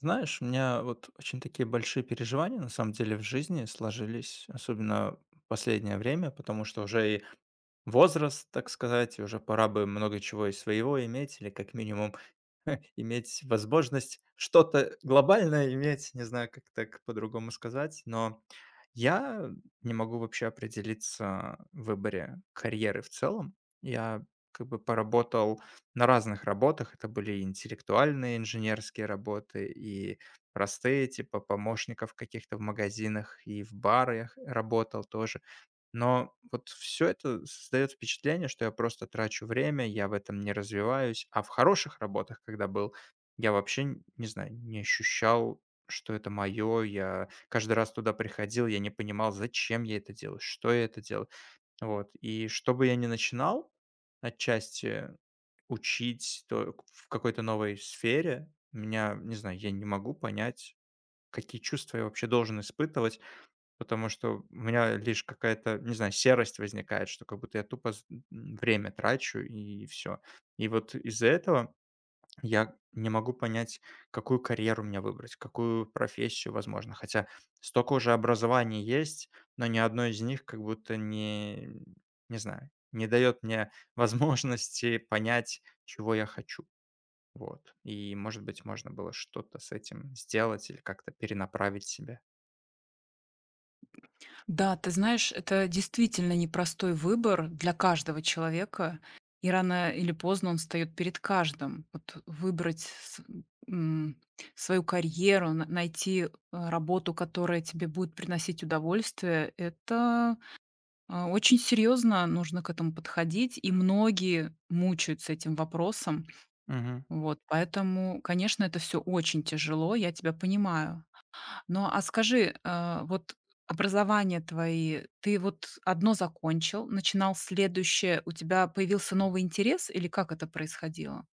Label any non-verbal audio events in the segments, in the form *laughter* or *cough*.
Знаешь, у меня вот очень такие большие переживания на самом деле в жизни сложились, особенно последнее время, потому что уже и возраст, так сказать, и уже пора бы много чего и своего иметь, или как минимум *laughs* иметь возможность что-то глобальное иметь, не знаю, как так по-другому сказать, но я не могу вообще определиться в выборе карьеры в целом. Я как бы поработал на разных работах. Это были и интеллектуальные инженерские работы, и простые, типа помощников каких-то в магазинах, и в барах работал тоже. Но вот все это создает впечатление, что я просто трачу время, я в этом не развиваюсь. А в хороших работах, когда был, я вообще, н не знаю, не ощущал, что это мое. Я каждый раз туда приходил, я не понимал, зачем я это делаю, что я это делаю. Вот. И что бы я ни начинал, отчасти учить то к в какой-то новой сфере, меня, не знаю, я не могу понять, какие чувства я вообще должен испытывать, потому что у меня лишь какая-то, не знаю, серость возникает, что как будто я тупо время трачу и все. И вот из-за этого я не могу понять, какую карьеру мне выбрать, какую профессию, возможно. Хотя столько уже образований есть, но ни одно из них как будто не знаю, не дает мне *laughs* возможности понять, чего я хочу. Вот. И, может быть, можно было что-то с этим сделать или как-то перенаправить себя. Да, ты знаешь, это действительно непростой выбор для каждого человека, и рано или поздно он встаёт перед каждым. Вот выбрать м, свою карьеру, на найти, работу, которая тебе будет приносить удовольствие- это, очень серьезно нужно к этому подходить, и многие мучаются этим вопросом. Вот, поэтому, конечно, это все очень тяжело, я тебя понимаю. Ну, а скажи, вот образование твои, ты вот одно закончил, начинал следующее, у тебя появился новый интерес или как это происходило?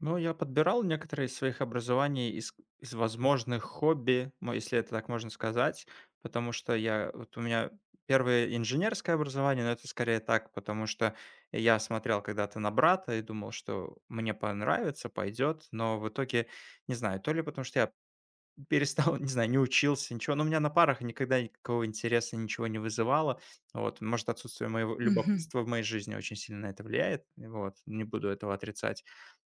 Ну, я подбирал некоторые из своих образований из возможных хобби, если это так можно сказать, потому что вот у меня первое инженерское образование, но это скорее так, потому что я смотрел когда-то на брата и думал, что мне понравится, пойдет, но в итоге, не знаю, то ли потому что я перестал, *laughs* не знаю, не учился, ничего. Но у меня на парах никогда никакого интереса ничего не вызывало. Вот, может, отсутствие моего Мгм. любопытства в моей жизни очень сильно на это влияет. Вот, не буду этого отрицать.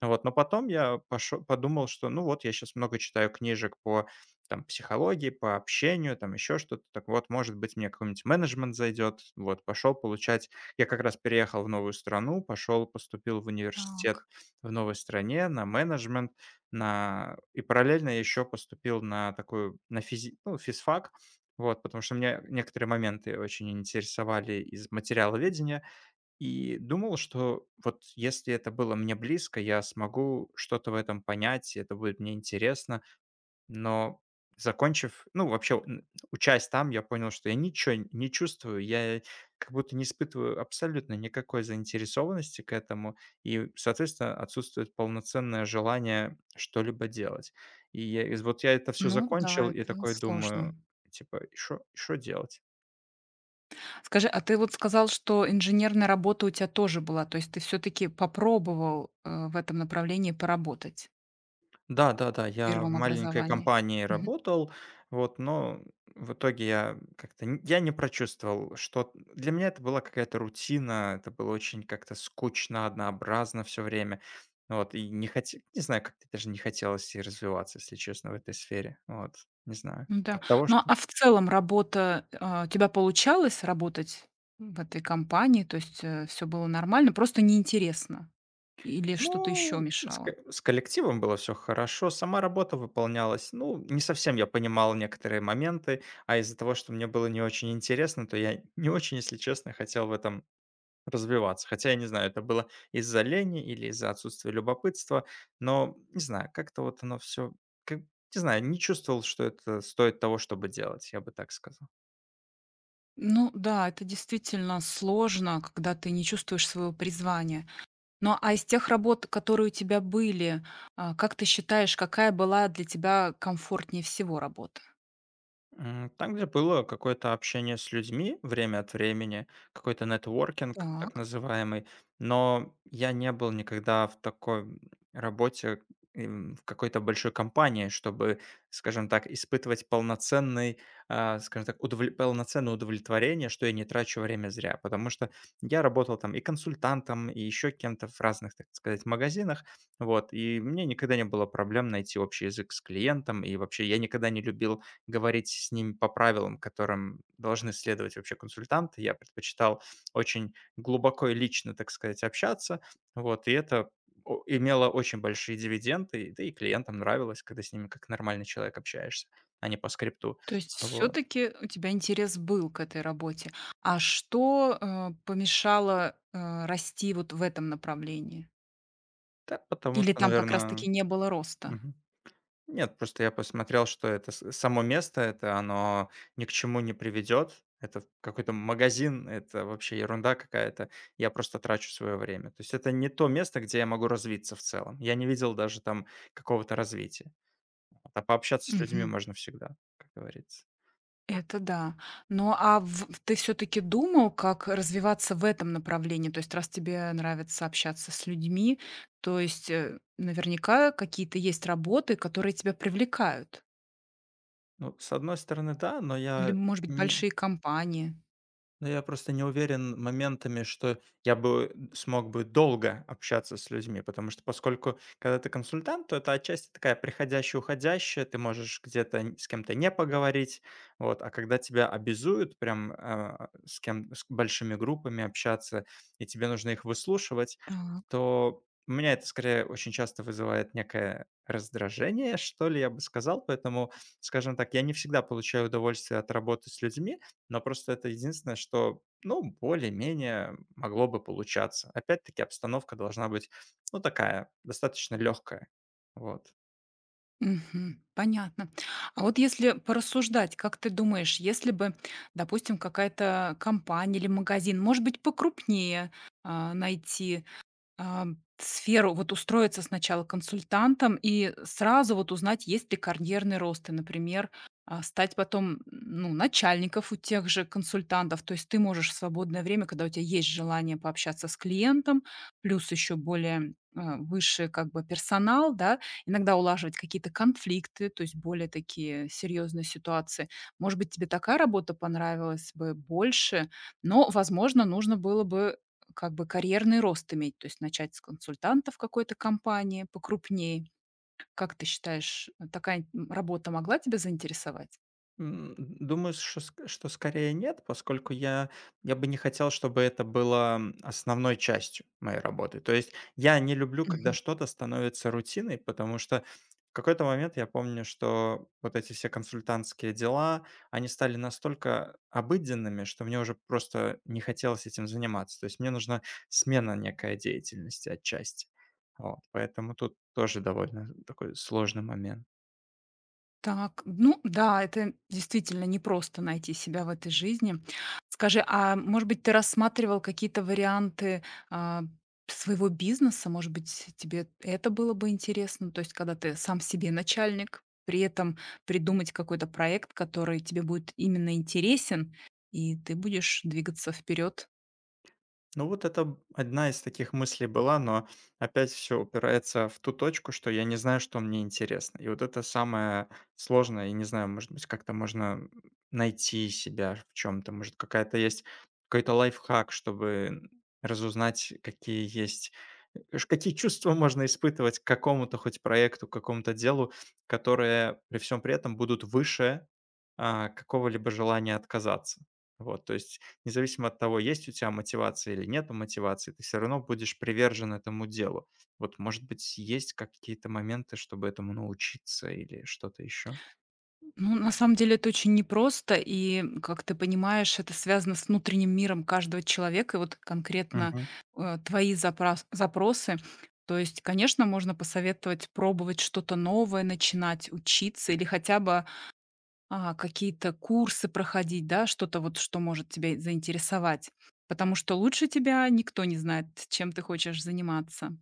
Вот, но потом я пошел, подумал, что, ну вот, я сейчас много читаю книжек по там психологии, по общению, там еще что-то. Так вот, может быть, мне какой-нибудь менеджмент зайдет. Вот, пошел получать. Я как раз переехал в новую страну, пошел, поступил в университет Так. в новой стране на менеджмент на и параллельно я еще поступил на такую, на физи ну, физфак, вот, потому что меня некоторые моменты очень интересовали из материала ведения. И думал, что вот если это было мне близко, я смогу что-то в этом понять, и это будет мне интересно. Но закончив, ну, вообще, н учась там, я понял, что я ничего не чувствую. Я как будто не испытываю абсолютно никакой заинтересованности к этому и, соответственно, отсутствует полноценное желание что-либо делать. И я из вот я это все Ну да, закончил и это такой сложно. думаю, типа: "И шо делать?" Скажи, а ты вот сказал, что инженерная работа у тебя тоже была, то есть ты все-таки попробовал в этом направлении поработать? Да, да-да, я в Первом маленькой образовании. компании Мгм. работал, вот, но в итоге я как-то н я не прочувствовал, что для меня это была какая-то рутина, это было очень как-то скучно, однообразно все время. Вот, и не хотел, не знаю, как-то даже не хотелось и развиваться, если честно, в этой сфере. Вот, не знаю. М-да. От того, Ну, что а в целом работа, у тебя получалось работать в этой компании? То есть, все было нормально, просто неинтересно или что-то еще ну, мешало? с коллективом было все хорошо, сама работа выполнялась. Ну, не совсем я понимал некоторые моменты, а из-за того, что мне было не очень интересно, то я не очень, если честно, хотел в этом развиваться. Хотя я не знаю, это было из-за лени или из-за отсутствия любопытства, но не знаю, как-то вот оно все, не знаю, не чувствовал, что это стоит того, чтобы делать, я бы так сказал. Ну да, это действительно сложно, когда ты не чувствуешь своего призвания. Ну, а из тех работ, которые у тебя были, как ты считаешь, какая была для тебя комфортнее всего работа? М, там, где было какое-то общение с людьми время от времени, какой-то нетворкинг так Так. называемый, но я не был никогда в такой, работе, в какой-то большой компании, чтобы, скажем так, испытывать полноценный, скажем так, удовле полноценное удовлетворение, что я не трачу время зря. Потому что я работал там и консультантом, и еще кем-то в разных, так сказать, магазинах, вот, и мне никогда не было проблем найти общий язык с клиентом, и вообще я никогда не любил говорить с ними по правилам, которым должны следовать вообще консультанты. Я предпочитал очень глубоко и лично, так сказать, общаться. Вот, и это имело очень большие дивиденды, да и клиентам нравилось, когда с ними как нормальный человек общаешься, а не по скрипту. То есть все Вот. таки у тебя интерес был к этой работе. А что, помешало, расти вот в этом направлении? Да, потому Или что, там как раз таки наверное... не было роста? Нет, просто я посмотрел, что это с само место, оно ни к чему не приведет. Это какой-то магазин, это вообще ерунда какая-то. Я просто трачу свое время. То есть это не то место, где я могу развиться в целом. Я не видел даже там какого-то развития. Вот. А пообщаться с людьми можно всегда, как говорится. Это да. Ну, ты все таки думал, как развиваться в этом направлении? То есть раз тебе нравится общаться с людьми, то есть, наверняка какие-то есть работы, которые тебя привлекают? Ну, с одной стороны, да, но Или, я может быть, не большие компании? ну, я просто не уверен моментами, что я бы смог бы долго общаться с людьми, потому что поскольку, когда ты консультант, то это отчасти такая приходящая, уходящая, ты можешь где-то с кем-то не поговорить, вот, а когда тебя обязуют прям с большими группами общаться, и тебе нужно их выслушивать, Так. то у меня это скорее очень часто вызывает некое раздражение, что ли, я бы сказал, поэтому, скажем так, я не всегда получаю удовольствие от работы с людьми, но просто это единственное, что, ну, более-менее могло бы получаться. Опять-таки обстановка должна быть, ну, такая, достаточно легкая. Вот. Мгм. Понятно. А вот если порассуждать, как ты думаешь, если бы, допустим, какая-то компания или магазин, может быть, покрупнее, а, найти сферу, вот устроиться сначала консультантом и сразу вот узнать, есть ли карьерный рост, и, например, стать потом, ну, начальников у тех же консультантов. То есть ты можешь в свободное время, когда у тебя есть желание пообщаться с клиентом, плюс еще более высший как бы персонал, да, иногда улаживать какие-то конфликты, то есть более такие серьезные ситуации. Может быть, тебе такая работа понравилась бы больше, но, возможно, нужно было бы как бы карьерный рост иметь, то есть начать с консультанта в какой-то компании покрупнее. Как ты считаешь, такая работа могла тебя заинтересовать? М, думаю, что ск что скорее нет, поскольку я бы не хотел, чтобы это было, основной частью моей работы. То есть я не люблю, когда что-то становится рутиной, потому что в какой-то момент я помню, что вот эти все консультантские дела, они стали настолько обыденными, что мне уже просто не хотелось этим заниматься. То есть мне нужна смена некой деятельности отчасти. Вот, поэтому тут тоже довольно такой сложный момент. Так, ну да, это действительно непросто найти себя в этой жизни. Скажи, а может быть, ты рассматривал какие-то варианты а, своего бизнеса? Может быть, тебе это было бы интересно? То есть, когда ты сам себе начальник, при этом придумать какой-то проект, который тебе будет именно интересен, и ты будешь двигаться вперед. Ну вот это одна из таких мыслей была, но опять все упирается в ту точку, что я не знаю, что мне интересно. И вот это самое сложное. И не знаю, может быть, как-то можно найти себя в чем-то, может, какая-то есть какой-то лайфхак, чтобы разузнать, какие есть, какие чувства *laughs* можно испытывать к какому-то хоть проекту, к какому-то делу, которые при всем при этом будут выше какого-либо желания отказаться. Вот, то есть независимо от того, есть у тебя мотивация или нет мотивации, ты все равно будешь привержен этому делу. Вот, может быть, есть какие-то моменты, чтобы этому научиться или что-то еще? Ну, на самом деле это очень непросто, и, как ты понимаешь, это связано с внутренним миром каждого человека, и вот конкретно Мгм. Твои запросы. То есть, конечно, можно посоветовать пробовать что-то новое, начинать учиться или хотя бы какие-то курсы проходить, да, что-то вот, что может тебя заинтересовать. Потому что лучше тебя никто не знает, чем ты хочешь заниматься.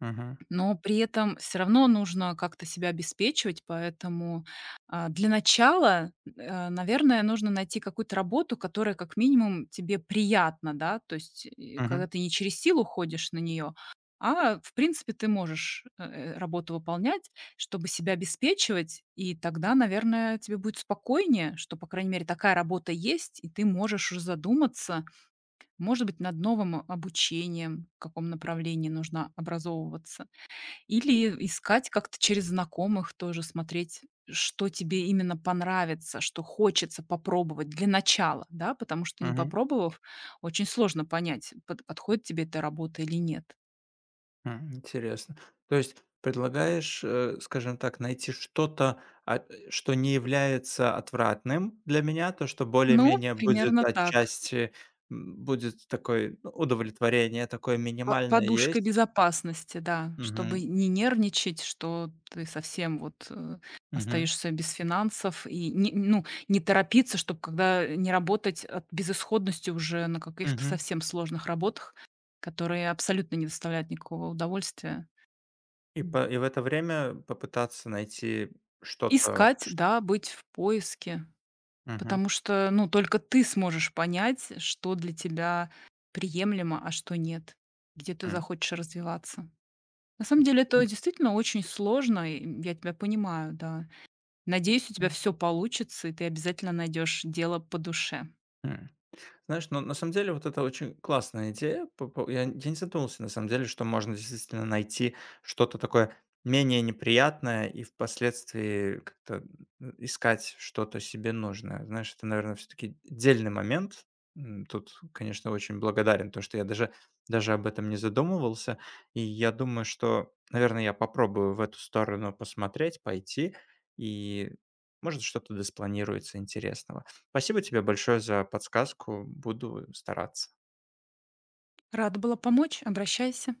Мгм. Но при этом все равно нужно как-то себя обеспечивать, поэтому, для начала, наверное, нужно найти какую-то работу, которая как минимум тебе приятна, да. То есть, Мгм. когда ты не через силу ходишь на нее, в принципе, ты можешь, работу выполнять, чтобы себя обеспечивать, и тогда, наверное, тебе будет спокойнее, что, по крайней мере, такая работа есть, и ты можешь уже задуматься, может быть, над новым обучением, в каком направлении нужно образовываться. Или искать как-то через знакомых тоже, смотреть, что тебе именно понравится, что хочется попробовать для начала, да, потому что не Мгм. попробовав, очень сложно понять, подходит тебе эта работа или нет. Интересно. То есть предлагаешь, скажем так, найти что-то, что не является отвратным для меня, то, что Ну, более-менее будет примерно так. отчасти, будет такое ну, удовлетворение, такое По минимальное подушка есть. безопасности, да, чтобы Мгм. не нервничать, что ты совсем вот, Мгм. остаешься без финансов и не ну, не торопиться, чтобы когда не работать от безысходности уже на каких-то Мгм. совсем сложных работах, которые абсолютно не доставляют никакого удовольствия. И М. по и в это время попытаться найти что-то, Искать, чт да, быть в поиске, мгм, потому что, ну, только ты сможешь понять, что для тебя приемлемо, а что нет, где ты м. захочешь развиваться. На самом деле это Интересно. действительно очень сложно, и, я тебя понимаю, да. Надеюсь, у тебя все получится, и ты обязательно найдешь дело по душе. М. Знаешь, но на самом деле вот это очень классная идея. Я, не задумывался, на самом деле, что можно действительно найти что-то такое менее неприятное и впоследствии как-то искать что-то себе нужное. Знаешь, это, наверное, все-таки отдельный момент. Тут, конечно, очень благодарен, то, что я даже, даже об этом не задумывался. И я думаю, что, наверное, я попробую в эту сторону посмотреть, пойти, и может что-то доспланируется интересного. Спасибо тебе большое за подсказку. Буду стараться. Рада была помочь, обращайся.